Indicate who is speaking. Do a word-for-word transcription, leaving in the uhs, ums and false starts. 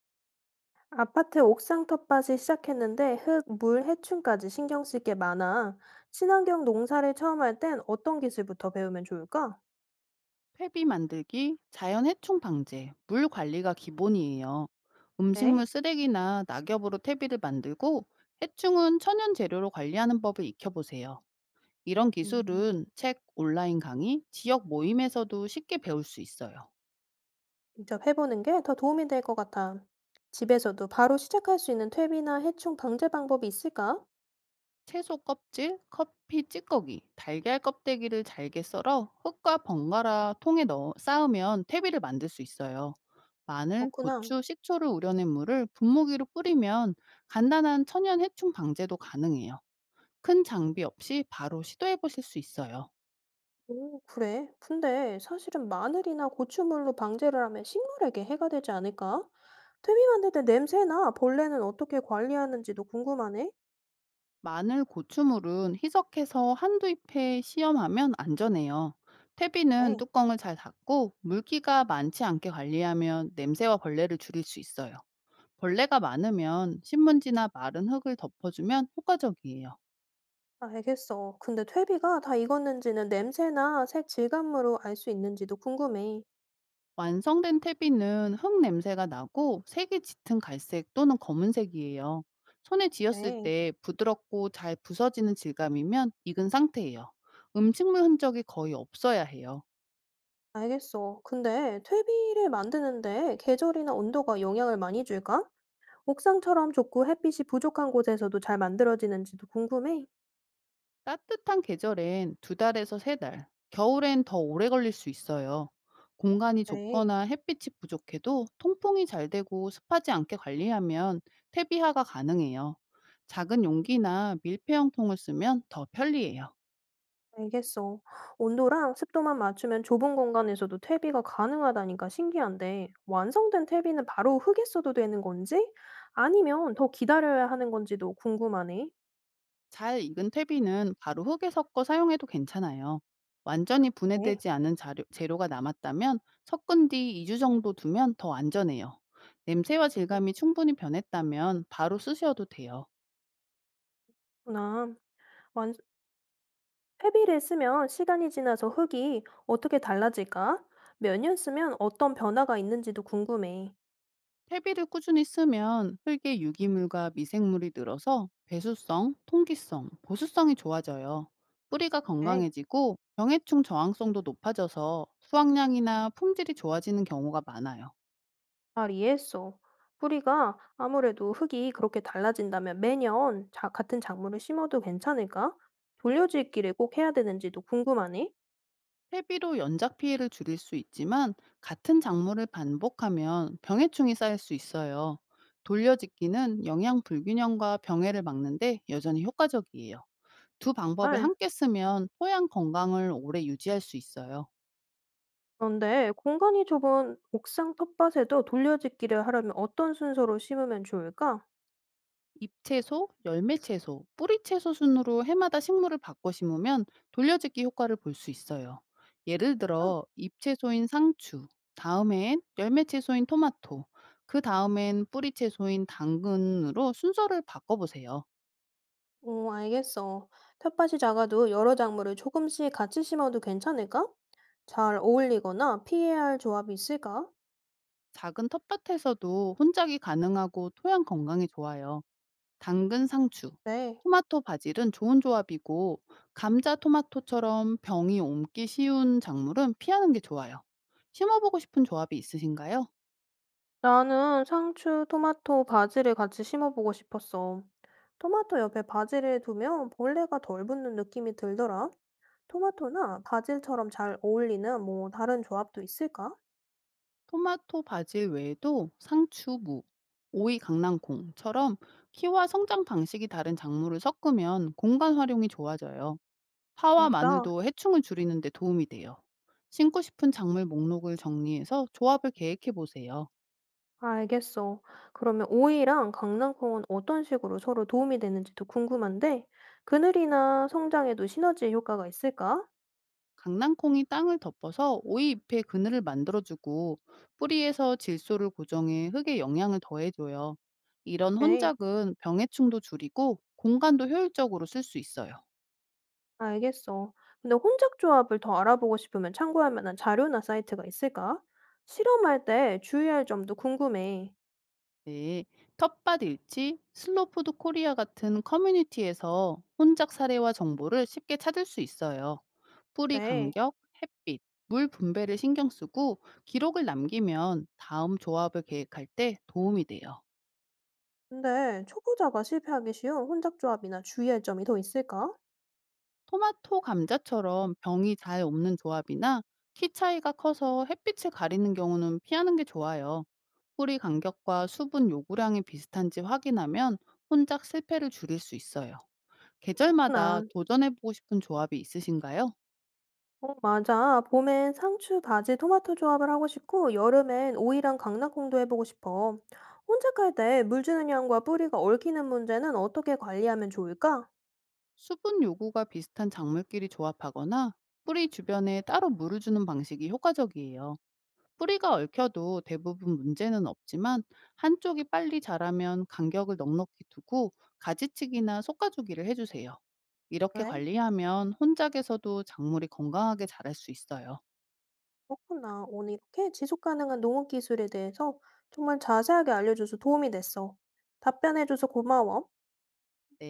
Speaker 1: 아파트 옥상 텃밭이 시작했는데 흙, 물, 해충까지 신경 쓸 게 많아. 친환경 농사를 처음 할 땐 어떤 기술부터 배우면 좋을까?
Speaker 2: 회비 만들기, 자연 해충 방제, 물 관리가 기본이에요. 음식물
Speaker 1: 네.
Speaker 2: 쓰레기나 낙엽으로 퇴비를 만들고 해충은 천연 재료로 관리하는 법을 익혀보세요. 이런
Speaker 1: 음,
Speaker 2: 기술은 책, 온라인 강의, 지역 모임에서도 쉽게 배울 수 있어요.
Speaker 1: 직접 해보는 게 더 도움이 될 것 같아. 집에서도 바로 시작할 수 있는 퇴비나 해충 방제 방법이 있을까?
Speaker 2: 채소 껍질, 커피 찌꺼기, 달걀 껍데기를 잘게 썰어 흙과 번갈아 통에 넣어 쌓으면 퇴비를 만들 수 있어요. 마늘,
Speaker 1: 그렇구나.
Speaker 2: 고추, 식초를 우려낸 물을 분무기로 뿌리면 간단한 천연 해충 방제도 가능해요. 큰 장비 없이 바로 시도해 보실 수 있어요.
Speaker 1: 오, 그래. 근데 사실은 마늘이나 고추물로 방제를 하면 식물에게 해가 되지 않을까? 퇴비 만들 때 냄새나 벌레는 어떻게 관리하는지도 궁금하네.
Speaker 2: 마늘, 고추물은 희석해서 한두 잎에 시험하면 안전해요. 퇴비는
Speaker 1: 네.
Speaker 2: 뚜껑을 잘 닫고 물기가 많지 않게 관리하면 냄새와 벌레를 줄일 수 있어요. 벌레가 많으면 신문지나 마른 흙을 덮어주면 효과적이에요.
Speaker 1: 알겠어. 근데 퇴비가 다 익었는지는 냄새나 색 질감으로 알 수 있는지도 궁금해.
Speaker 2: 완성된 퇴비는 흙 냄새가 나고 색이 짙은 갈색 또는 검은색이에요. 손에 쥐었을
Speaker 1: 네,
Speaker 2: 때 부드럽고 잘 부서지는 질감이면 익은 상태예요. 음식물 흔적이 거의 없어야 해요.
Speaker 1: 알겠어. 근데 퇴비를 만드는데 계절이나 온도가 영향을 많이 줄까? 옥상처럼 좁고 햇빛이 부족한 곳에서도 잘 만들어지는지도 궁금해.
Speaker 2: 따뜻한 계절엔 두 달에서 세 달, 겨울엔 더 오래 걸릴 수 있어요. 공간이
Speaker 1: 네,
Speaker 2: 좁거나 햇빛이 부족해도 통풍이 잘 되고 습하지 않게 관리하면 퇴비화가 가능해요. 작은 용기나 밀폐형 통을 쓰면 더 편리해요.
Speaker 1: 알겠어. 온도랑 습도만 맞추면 좁은 공간에서도 퇴비가 가능하다니까 신기한데, 완성된 퇴비는 바로 흙에 써도 되는 건지? 아니면 더 기다려야 하는 건지도 궁금하네.
Speaker 2: 잘 익은 퇴비는 바로 흙에 섞어 사용해도 괜찮아요. 완전히
Speaker 1: 네.
Speaker 2: 분해되지 않은 자료, 재료가 남았다면 섞은 뒤 이 주 정도 두면 더 안전해요. 냄새와 질감이 충분히 변했다면 바로 쓰셔도 돼요.
Speaker 1: 그렇구나. 완- 회비를 쓰면 시간이 지나서 흙이 어떻게 달라질까? 몇 년 쓰면 어떤 변화가 있는지도 궁금해.
Speaker 2: 퇴비를 꾸준히 쓰면 흙의 유기물과 미생물이 늘어서 배수성, 통기성, 보수성이 좋아져요. 뿌리가
Speaker 1: 에이,
Speaker 2: 건강해지고 병해충 저항성도 높아져서 수확량이나 품질이 좋아지는 경우가 많아요.
Speaker 1: 잘 이해했어. 뿌리가 아무래도 흙이 그렇게 달라진다면 매년 자- 같은 작물을 심어도 괜찮을까? 돌려짓기를 꼭 해야 되는지도 궁금하네.
Speaker 2: 퇴비로 연작 피해를 줄일 수 있지만 같은 작물을 반복하면 병해충이 쌓일 수 있어요. 돌려짓기는 영양 불균형과 병해를 막는데 여전히 효과적이에요. 두
Speaker 1: 아,
Speaker 2: 방법을 함께 쓰면 토양 건강을 오래 유지할 수 있어요.
Speaker 1: 그런데 공간이 좁은 옥상 텃밭에도 돌려짓기를 하려면 어떤 순서로 심으면 좋을까?
Speaker 2: 잎채소, 열매채소, 뿌리채소 순으로 해마다 식물을 바꿔 심으면 돌려짓기 효과를 볼 수 있어요. 예를 들어 잎채소인 상추, 다음엔 열매채소인 토마토, 그 다음엔 뿌리채소인 당근으로 순서를 바꿔보세요.
Speaker 1: 오, 알겠어. 텃밭이 작아도 여러 작물을 조금씩 같이 심어도 괜찮을까? 잘 어울리거나 피해야 할 조합이 있을까?
Speaker 2: 작은 텃밭에서도 혼작이 가능하고 토양 건강에 좋아요. 당근 상추,
Speaker 1: 네.
Speaker 2: 토마토 바질은 좋은 조합이고 감자 토마토처럼 병이 옮기 쉬운 작물은 피하는 게 좋아요. 심어보고 싶은 조합이 있으신가요?
Speaker 1: 나는 상추, 토마토, 바지를 같이 심어보고 싶었어. 토마토 옆에 바지를 두면 벌레가 덜 붙는 느낌이 들더라. 토마토나 바질처럼 잘 어울리는 뭐 다른 조합도 있을까?
Speaker 2: 토마토 바질 외에도 상추, 무, 오이 강낭콩처럼 키와 성장 방식이 다른 작물을 섞으면 공간 활용이 좋아져요. 파와
Speaker 1: 진짜?
Speaker 2: 마늘도 해충을 줄이는 데 도움이 돼요. 심고 싶은 작물 목록을 정리해서 조합을 계획해 보세요.
Speaker 1: 알겠어. 그러면 오이랑 강낭콩은 어떤 식으로 서로 도움이 되는지도 궁금한데, 그늘이나 성장에도 시너지 효과가 있을까?
Speaker 2: 강낭콩이 땅을 덮어서 오이 잎에 그늘을 만들어주고 뿌리에서 질소를 고정해 흙에 영양을 더해줘요. 이런
Speaker 1: 네,
Speaker 2: 혼작은 병해충도 줄이고 공간도 효율적으로 쓸 수 있어요.
Speaker 1: 알겠어. 근데 혼작 조합을 더 알아보고 싶으면 참고할 만한 자료나 사이트가 있을까? 실험할 때 주의할 점도 궁금해.
Speaker 2: 네, 텃밭 일치, 슬로푸드 코리아 같은 커뮤니티에서 혼작 사례와 정보를 쉽게 찾을 수 있어요. 뿌리
Speaker 1: 그래.
Speaker 2: 간격, 햇빛, 물 분배를 신경 쓰고 기록을 남기면 다음 조합을 계획할 때 도움이 돼요.
Speaker 1: 근데 초보자가 실패하기 쉬운 혼작 조합이나 주의할 점이 더 있을까?
Speaker 2: 토마토 감자처럼 병이 잘 없는 조합이나 키 차이가 커서 햇빛을 가리는 경우는 피하는 게 좋아요. 뿌리 간격과 수분 요구량이 비슷한지 확인하면 혼작 실패를 줄일 수 있어요. 계절마다
Speaker 1: 나
Speaker 2: 도전해보고 싶은 조합이 있으신가요?
Speaker 1: 어, 맞아. 봄엔 상추, 바지, 토마토 조합을 하고 싶고, 여름엔 오이랑 강낭콩도 해보고 싶어. 혼자 깔 때 물 주는 양과 뿌리가 얽히는 문제는 어떻게 관리하면 좋을까?
Speaker 2: 수분 요구가 비슷한 작물끼리 조합하거나 뿌리 주변에 따로 물을 주는 방식이 효과적이에요. 뿌리가 얽혀도 대부분 문제는 없지만 한쪽이 빨리 자라면 간격을 넉넉히 두고 가지치기나 솎아주기를 해주세요. 이렇게
Speaker 1: 그래,
Speaker 2: 관리하면 혼작에서도 작물이 건강하게 자랄 수 있어요.
Speaker 1: 그렇구나. 오늘 이렇게 지속 가능한 농업 기술에 대해서 정말 자세하게 알려줘서 도움이 됐어. 답변해줘서 고마워.
Speaker 2: 네.